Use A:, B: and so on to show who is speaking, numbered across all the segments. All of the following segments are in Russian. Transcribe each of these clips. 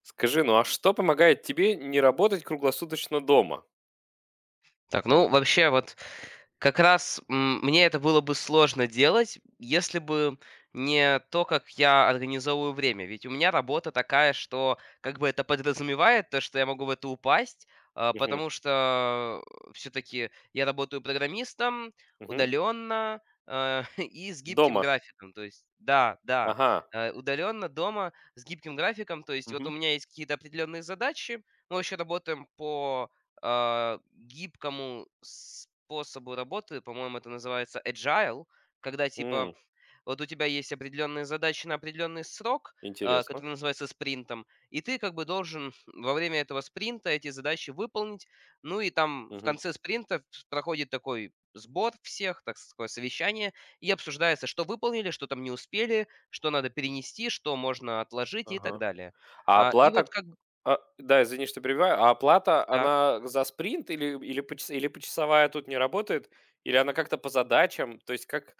A: Скажи, ну а что помогает тебе не работать круглосуточно дома?
B: Так, ну, вообще, вот как раз, мне это было бы сложно делать, если бы не то, как я организовываю время. Ведь у меня работа такая, что как бы это подразумевает то, что я могу в это упасть,
A: Мгм,
B: потому что все-таки я работаю программистом
A: мгм.
B: удаленно, и с гибким
A: Дома.
B: графиком. То есть, да, да,
A: Ага.
B: удаленно дома с гибким графиком. То есть, вот у
A: Мгм.
B: меня есть какие-то определенные задачи. Мы вообще работаем по гибкому способу работы, по-моему, это называется agile, когда
A: М,
B: типа вот у тебя есть определенные задачи на определенный срок,
A: интересно.
B: который называется спринтом, и ты как бы должен во время этого спринта эти задачи выполнить. Ну и там в
A: Мгм.
B: конце спринта проходит такой сбор всех, так сказать, такое совещание, и обсуждается, что выполнили, что там не успели, что надо перенести, что можно отложить и так
A: Ага.
B: далее.
A: А
B: И вот
A: оплата
B: как...
A: да, извини, что перебиваю. А оплата,
B: да.
A: она за спринт или почасовая тут не работает? Или она как-то по задачам? То есть как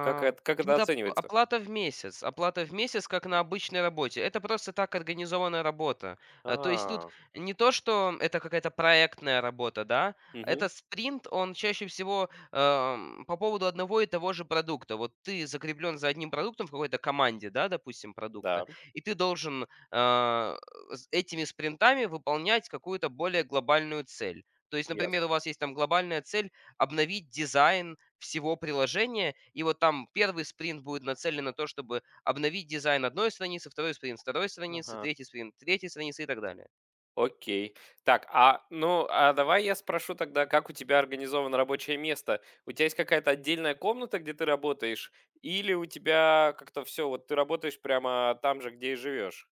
A: как это как это
B: тут оп
A: оценивается?
B: оплата в месяц. Оплата в месяц, как на обычной работе. Это просто так организована работа. То есть тут
A: А,
B: не то, что это какая-то проектная работа, да.
A: мгм,
B: Это спринт, он чаще всего, по поводу одного и того же продукта. Вот ты закреплен за одним продуктом в какой-то команде, да, допустим, продукта,
A: да,
B: и ты должен, с этими спринтами выполнять какую-то более глобальную цель. То есть, например,
A: ясно.
B: у вас есть там глобальная цель обновить дизайн всего приложения. И вот там первый спринт будет нацелен на то, чтобы обновить дизайн одной страницы, второй спринт второй страницы,
A: Ага.
B: третий спринт третьей страницы и так далее.
A: Окей. Так, ну, а давай я спрошу тогда, как у тебя организовано рабочее место? У тебя есть какая-то отдельная комната, где ты работаешь? Или у тебя как-то все, вот ты работаешь прямо там же, где и живешь?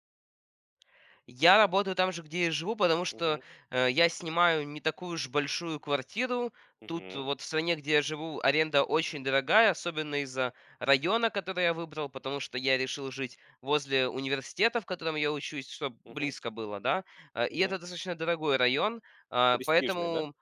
B: Я работаю там же, где и живу, потому что
A: Мгм.
B: я снимаю не такую уж большую квартиру. Тут
A: Мгм.
B: вот в стране, где я живу, аренда очень дорогая, особенно из-за района, который я выбрал, потому что я решил жить возле университета, в котором я учусь, чтобы
A: Мгм.
B: близко было, да. И
A: Мгм.
B: это достаточно дорогой район, а,
A: Престижный, да?
B: поэтому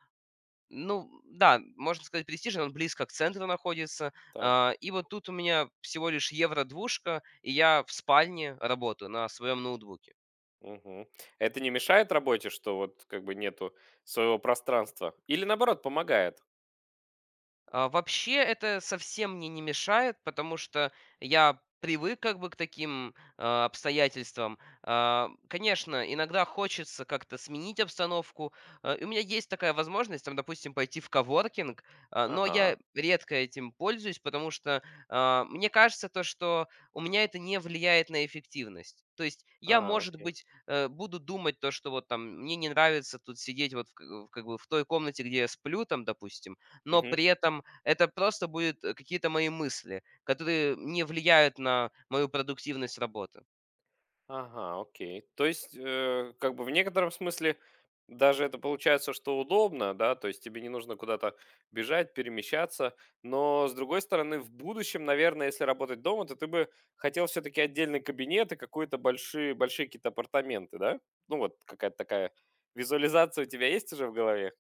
B: Ну да, можно сказать, престижный, он близко к центру находится.
A: Так.
B: И вот тут у меня всего лишь евро-двушка, и я в спальне работаю на своем ноутбуке.
A: Мгм. Это не мешает работе, что вот как бы нету своего пространства? Или наоборот, помогает?
B: Вообще это совсем мне не мешает, потому что я привык как бы к таким, обстоятельствам. Конечно, иногда хочется как-то сменить обстановку. И у меня есть такая возможность, там, допустим, пойти в коворкинг, но
A: Ага.
B: я редко этим пользуюсь, потому что, мне кажется то, что у меня это не влияет на эффективность. То есть я,
A: А,
B: может
A: окей.
B: быть, буду думать то, что вот там мне не нравится тут сидеть вот в к в как бы в той комнате, где я сплю там, допустим, но при этом, это просто будут, какие-то мои мысли, которые не влияют на мою продуктивность работы.
A: Ага, окей. То есть, как бы в некотором смысле даже это получается, что удобно, да, то есть тебе не нужно куда-то бежать, перемещаться, но с другой стороны, в будущем, наверное, если работать дома, то ты бы хотел все-таки отдельный кабинет и какие-то большие, большие какие-то апартаменты, да? Ну вот какая-то такая визуализация у тебя есть уже в голове?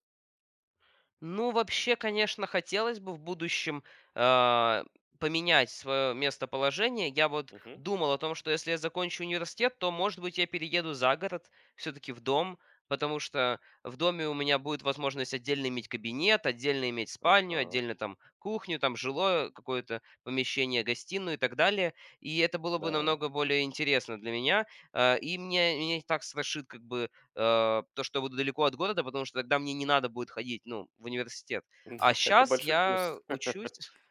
B: Ну, вообще, конечно, хотелось бы в будущем, а, поменять свое местоположение. Я вот
A: Угу.
B: думал о том, что если я закончу университет, то, может быть, я перееду за город, все таки в дом, потому что в доме у меня будет возможность отдельно иметь кабинет, отдельно иметь спальню,
A: Ага,
B: отдельно там кухню, там жилое какое-то помещение, гостиную и так далее. И это было бы
A: да.
B: намного более интересно для меня. И мне меня и так страшит как бы э, то, что я буду далеко от города, потому что тогда мне не надо будет ходить, ну, в университет. А
A: Да, это
B: сейчас
A: большой плюс.
B: я учусь,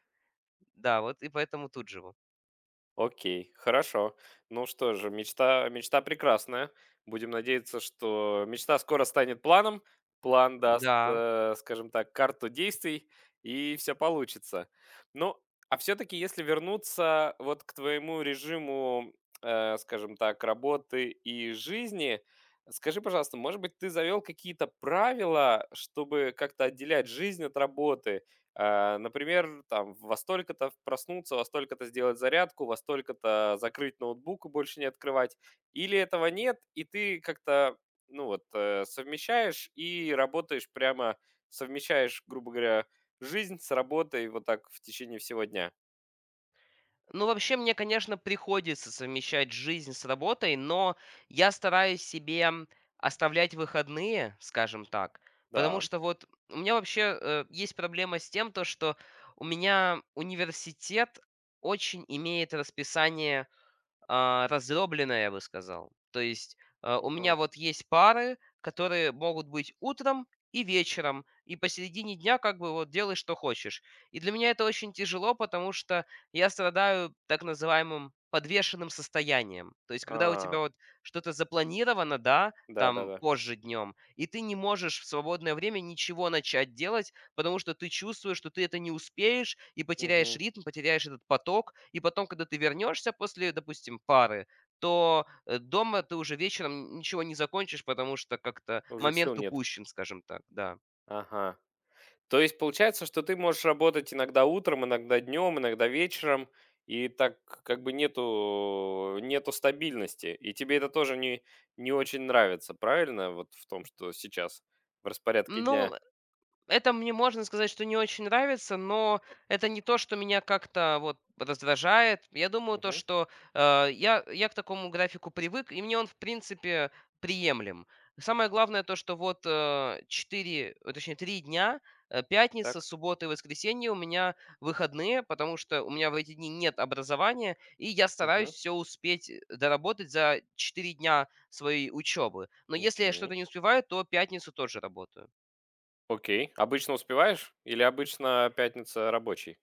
B: да, вот и поэтому тут живу.
A: Окей, хорошо. Ну что же, мечта, мечта прекрасная. Будем надеяться, что мечта скоро станет планом. План даст,
B: Да.
A: скажем так, карту действий, и все получится. Ну, а все-таки, если вернуться вот к твоему режиму, скажем так, работы и жизни, скажи, пожалуйста, может быть, ты завел какие-то правила, чтобы как-то отделять жизнь от работы? Например, там во столько-то проснуться, во столько-то сделать зарядку, во столько-то закрыть ноутбук и больше не открывать. Или этого нет, и ты как-то, ну вот, совмещаешь и работаешь прямо, совмещаешь, грубо говоря, жизнь с работой вот так в течение всего дня.
B: Ну, вообще, мне, конечно, приходится совмещать жизнь с работой, но я стараюсь себе оставлять выходные, скажем так, потому
A: Да.
B: что вот у меня вообще есть проблема с тем, то, что у меня университет очень имеет расписание раздроблено, я бы сказал. То есть, у меня
A: Ага.
B: вот есть пары, которые могут быть утром и вечером, и посередине дня как бы вот делай, что хочешь. И для меня это очень тяжело, потому что я страдаю так называемым подвешенным состоянием. То есть, когда у
A: А,
B: тебя вот что-то запланировано, да, там
A: да-да-да.
B: позже днем, и ты не можешь в свободное время ничего начать делать. Потому что ты чувствуешь, что ты это не успеешь и потеряешь
A: Мгм.
B: ритм, потеряешь этот поток. И потом, когда ты вернешься после, допустим, пары, то дома ты уже вечером ничего не закончишь, потому что как-то
A: Уже сил
B: момент
A: нет.
B: упущен, скажем так, да.
A: Ага. То есть получается, что ты можешь работать иногда утром, иногда днем, иногда вечером, и так как бы нету стабильности. И тебе это тоже не очень нравится, правильно? Вот в том, что сейчас в распорядке
B: Ну,
A: дня.
B: это мне можно сказать, что не очень нравится, но это не то, что меня как-то вот раздражает. Я думаю, то,
A: Мгм.
B: что я к такому графику привык, и мне он, в принципе, приемлем. Самое главное то, что вот 4, точнее 3 дня, пятница,
A: Так.
B: суббота и воскресенье у меня выходные, потому что у меня в эти дни нет образования, и я
A: Мгм.
B: стараюсь все успеть доработать за 4 дня своей учебы. Но если я что-то
A: Мгм.
B: не успеваю, то пятницу тоже работаю.
A: Окей. Обычно успеваешь? Или обычно пятница рабочий?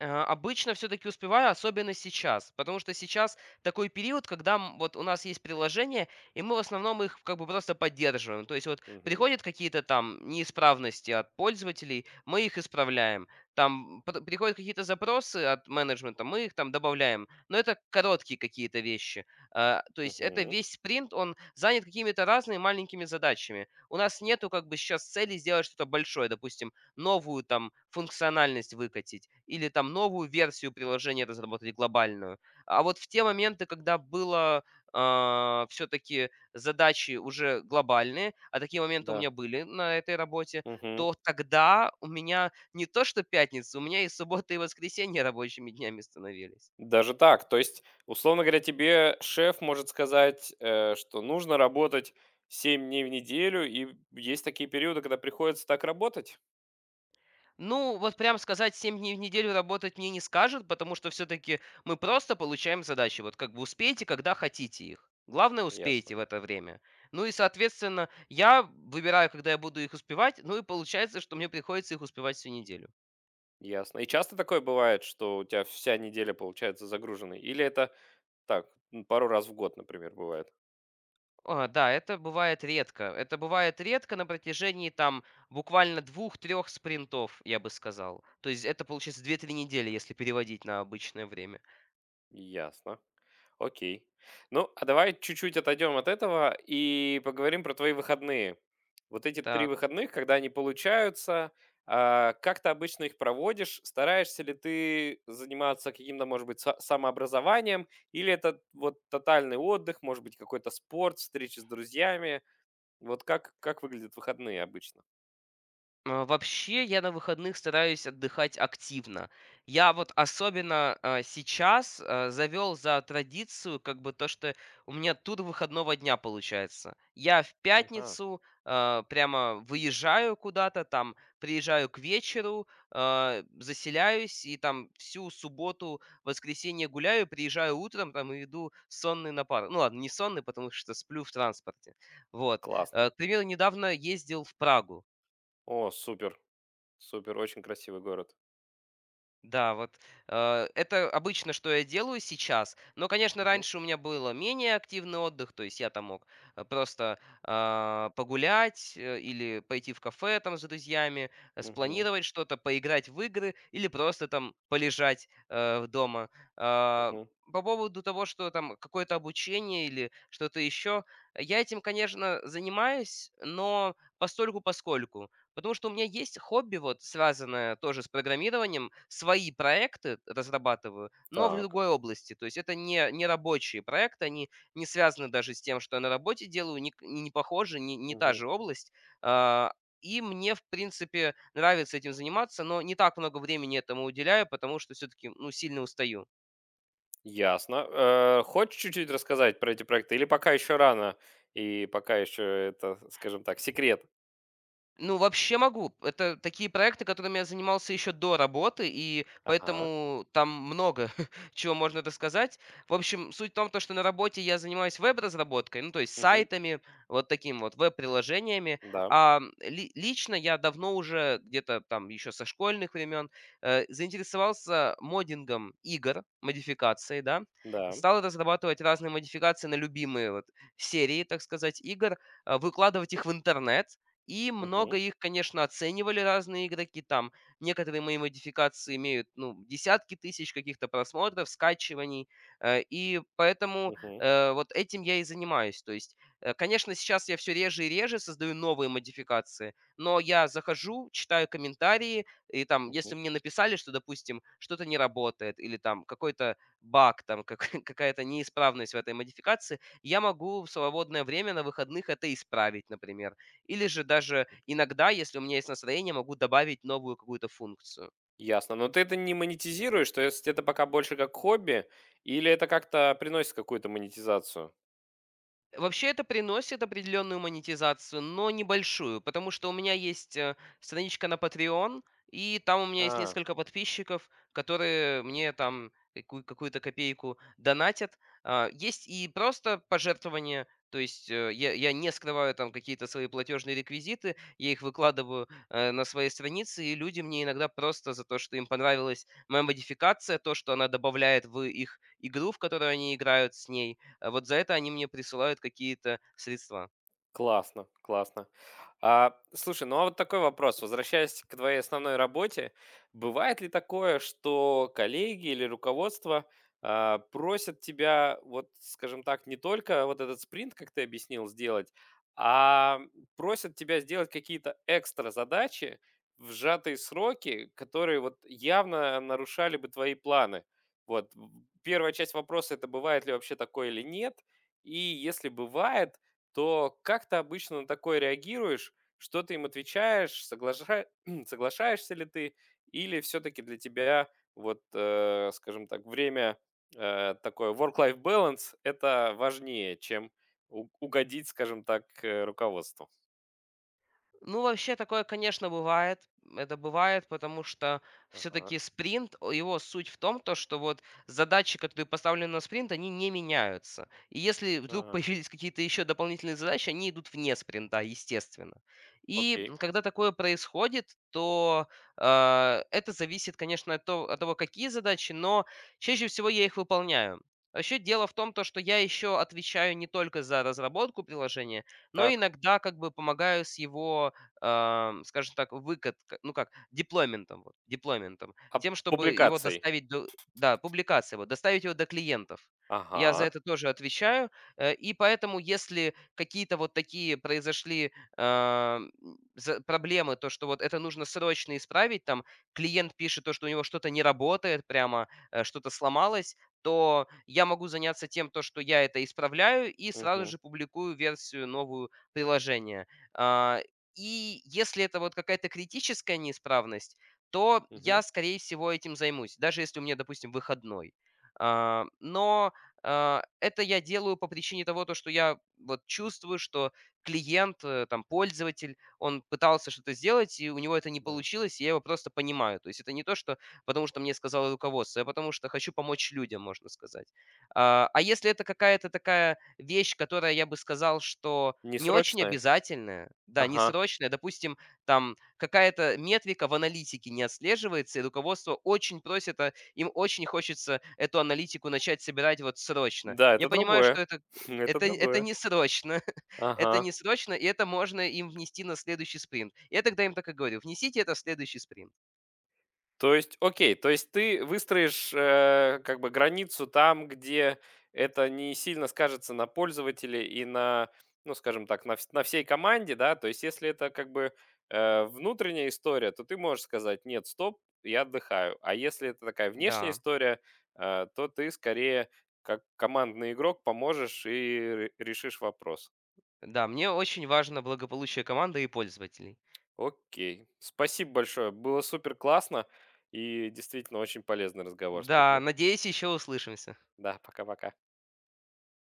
B: Обычно все таки успеваю, особенно сейчас, потому что сейчас такой период, когда, вот у нас есть приложения, и мы в основном их как бы просто поддерживаем. То есть вот
A: Мгм.
B: приходят какие-то там неисправности от пользователей, мы их исправляем. Там пр приходят какие-то запросы от менеджмента, мы их там добавляем. Но это короткие какие-то вещи. То есть это
A: Мгм.
B: весь спринт, он занят какими-то разными маленькими задачами. У нас нету как бы сейчас цели сделать что-то большое. Допустим, новую там функциональность выкатить или там новую версию приложения разработать глобальную. А вот в те моменты, когда было все-таки задачи уже глобальные, а такие моменты у меня были на этой работе,
A: Да.
B: то тогда у меня не то что пятница, у меня и суббота, и воскресенье рабочими днями становились.
A: Даже так. То есть, условно говоря, тебе шеф может сказать, что нужно работать 7 дней в неделю, и есть такие периоды, когда приходится так работать?
B: Ну, вот прям сказать 7 дней в неделю работать мне не скажет, потому что все-таки мы просто получаем задачи. Вот как бы успейте, когда хотите их. Главное,
A: Ясно.
B: успейте в это время. Ну и, соответственно, я выбираю, когда я буду их успевать, ну и получается, что мне приходится их успевать всю неделю.
A: Ясно. И часто такое бывает, что у тебя вся неделя получается загруженной? Или это так, пару раз в год, например, бывает?
B: Да, это бывает редко. Это бывает редко на протяжении там буквально двух-трех спринтов, я бы сказал. То есть это получается две-три недели, если переводить на обычное время.
A: Ясно. Окей. Ну, а давай чуть-чуть отойдем от этого и поговорим про твои выходные. Вот эти 3
B: Так.
A: выходных, когда они получаются, как ты обычно их проводишь? Стараешься ли ты заниматься каким-то, может быть, самообразованием? Или это вот тотальный отдых, может быть, какой-то спорт, встречи с друзьями? Вот как выглядят выходные обычно?
B: Вообще, я на выходных стараюсь отдыхать активно. Я вот особенно, сейчас, завёл за традицию, как бы, то, что у меня тур выходного дня получается. Я в
A: Ага,
B: пятницу, прямо выезжаю куда-то, там приезжаю к вечеру, заселяюсь и там всю субботу, воскресенье гуляю, приезжаю утром там и иду сонный на пару. Ну ладно, не сонный, потому что сплю в транспорте. Вот.
A: классно.
B: К примеру, недавно ездил в Прагу.
A: О, супер, супер, очень красивый город.
B: Да, вот, это обычно, что я делаю сейчас. Но, конечно,
A: Мгм,
B: раньше у меня было менее активный отдых, то есть я там мог, просто, погулять, или пойти в кафе там с друзьями,
A: мгм,
B: спланировать что-то, поиграть в игры или просто там полежать, дома. А,
A: мгм.
B: по поводу того, что там какое-то обучение или что-то еще, я этим, конечно, занимаюсь, но постольку-поскольку. Потому что у меня есть хобби, вот, связанное тоже с программированием. Свои проекты разрабатываю, но в
A: Так.
B: другой области. То есть это не, не рабочие проекты, они не связаны даже с тем, что я на работе делаю, не, не похожи, не, не та же область. А, И мне, в принципе, нравится этим заниматься, но не так много времени этому уделяю, потому что все-таки ну, сильно устаю.
A: Ясно. Хочешь чуть-чуть рассказать про эти проекты или пока еще рано? И пока еще это, скажем так, секрет.
B: Ну, вообще могу. Это такие проекты, которыми я занимался еще до работы, и
A: Ага.
B: поэтому там много чего можно рассказать. В общем, суть в том, то, что на работе я занимаюсь веб-разработкой, ну, то есть
A: Мгм.
B: сайтами, вот таким вот веб-приложениями.
A: Да,
B: А лично я давно уже, где-то там еще со школьных времен, заинтересовался моддингом игр, модификацией, да.
A: да.
B: Стал разрабатывать разные модификации на любимые вот серии, так сказать, игр, выкладывать их в интернет, и
A: Мгм.
B: много их, конечно, оценивали разные игроки. Там некоторые мои модификации имеют ну, десятки тысяч каких-то просмотров, скачиваний. И поэтому
A: Мгм.
B: вот этим я и занимаюсь. То есть, конечно, сейчас я все реже и реже создаю новые модификации, но я захожу, читаю комментарии, и там, если
A: Мгм.
B: мне написали, что, допустим, что-то не работает, или там какой-то баг, там какая-то неисправность в этой модификации, я могу в свободное время на выходных это исправить, например. Или же даже иногда, если у меня есть настроение, могу добавить новую какую-то функцию.
A: Ясно. Но ты это не монетизируешь, то есть это пока больше как хобби, или это как-то приносит какую-то монетизацию?
B: Вообще это приносит определенную монетизацию, но небольшую, потому что у меня есть страничка на Patreon, и там у меня есть
A: А.
B: несколько подписчиков, которые мне там какую-то копейку донатят. Есть и просто пожертвования, то есть я не скрываю там какие-то свои платежные реквизиты, я их выкладываю на своей странице, и люди мне иногда просто за то, что им понравилась моя модификация, то, что она добавляет в их игру, в которую они играют с ней, вот за это они мне присылают какие-то средства.
A: Классно, классно. А, слушай, ну а вот такой вопрос. Возвращаясь к твоей основной работе, бывает ли такое, что коллеги или руководство просят тебя, вот, скажем так, не только вот этот спринт, как ты объяснил, сделать, а просят тебя сделать какие-то экстра задачи в сжатые сроки, которые вот явно нарушали бы твои планы? Вот, первая часть вопроса – это бывает ли вообще такое или нет? И если бывает, то как ты обычно на такое реагируешь? Что ты им отвечаешь? Соглашаешься ли ты? Или все-таки для тебя, вот, скажем так, время, такое work-life balance, это важнее, чем угодить, скажем так, руководству?
B: Ну, вообще такое, конечно, бывает. Это бывает, потому что
A: Ага,
B: все-таки спринт, его суть в том, то, что вот задачи, которые поставлены на спринт, они не меняются. И если вдруг
A: ага,
B: появились какие-то еще дополнительные задачи, они идут вне спринта, естественно. И
A: окей.
B: когда такое происходит, то это зависит, конечно, от того, какие задачи, но чаще всего я их выполняю. Вообще дело в том, то, что я еще отвечаю не только за разработку приложения, но
A: Так,
B: иногда как бы помогаю с его скажем так, выкатка, ну как, деплойментом, вот, деплойментом,
A: а
B: тем, чтобы его
A: публикаций?
B: доставить до, да, публикация, вот, доставить его до клиентов. Я за
A: Ага,
B: это тоже отвечаю, и поэтому, если какие-то вот такие произошли проблемы, то, что вот это нужно срочно исправить, там, клиент пишет то, что у него что-то не работает прямо, что-то сломалось, то я могу заняться тем, то, что я это исправляю, и сразу
A: мгм,
B: же публикую версию новую приложения. А, и если это вот какая-то критическая неисправность, то
A: мгм,
B: я, скорее всего, этим займусь, даже если у меня, допустим, выходной. Но это я делаю по причине того, то, что я вот чувствую, что клиент, там, пользователь, он пытался что-то сделать, и у него это не
A: да.
B: получилось, и я его просто понимаю. То есть это не то, что потому что мне сказало руководство, а потому что хочу помочь людям, можно сказать. А если это какая-то такая вещь, которая, я бы сказал, что не очень
A: Несрочное?
B: обязательная, да,
A: Ага,
B: несрочная. Допустим, там какая-то метрика в аналитике не отслеживается, и руководство очень просит, а им очень хочется эту аналитику начать собирать вот срочно.
A: да, это
B: Я понимаю,
A: другое,
B: что
A: это
B: это
A: другое.
B: не срочно,
A: Ага.
B: это не срочно, и это можно им внести на следующий спринт. Я тогда им так и говорю, внесите это в следующий спринт.
A: То есть, окей, то есть ты выстроишь, как бы границу там, где это не сильно скажется на пользователе и на, ну, скажем так, на, на всей команде, да, то есть если это как бы внутренняя история, то ты можешь сказать, нет, стоп, я отдыхаю, а если это такая внешняя
B: Да,
A: история, то ты скорее как командный игрок поможешь и решишь вопрос.
B: да, мне очень важно благополучие команды и пользователей.
A: Окей, спасибо большое, было супер классно и действительно очень полезный разговор,
B: Да,
A: спасибо.
B: надеюсь, еще услышимся.
A: Да, пока-пока.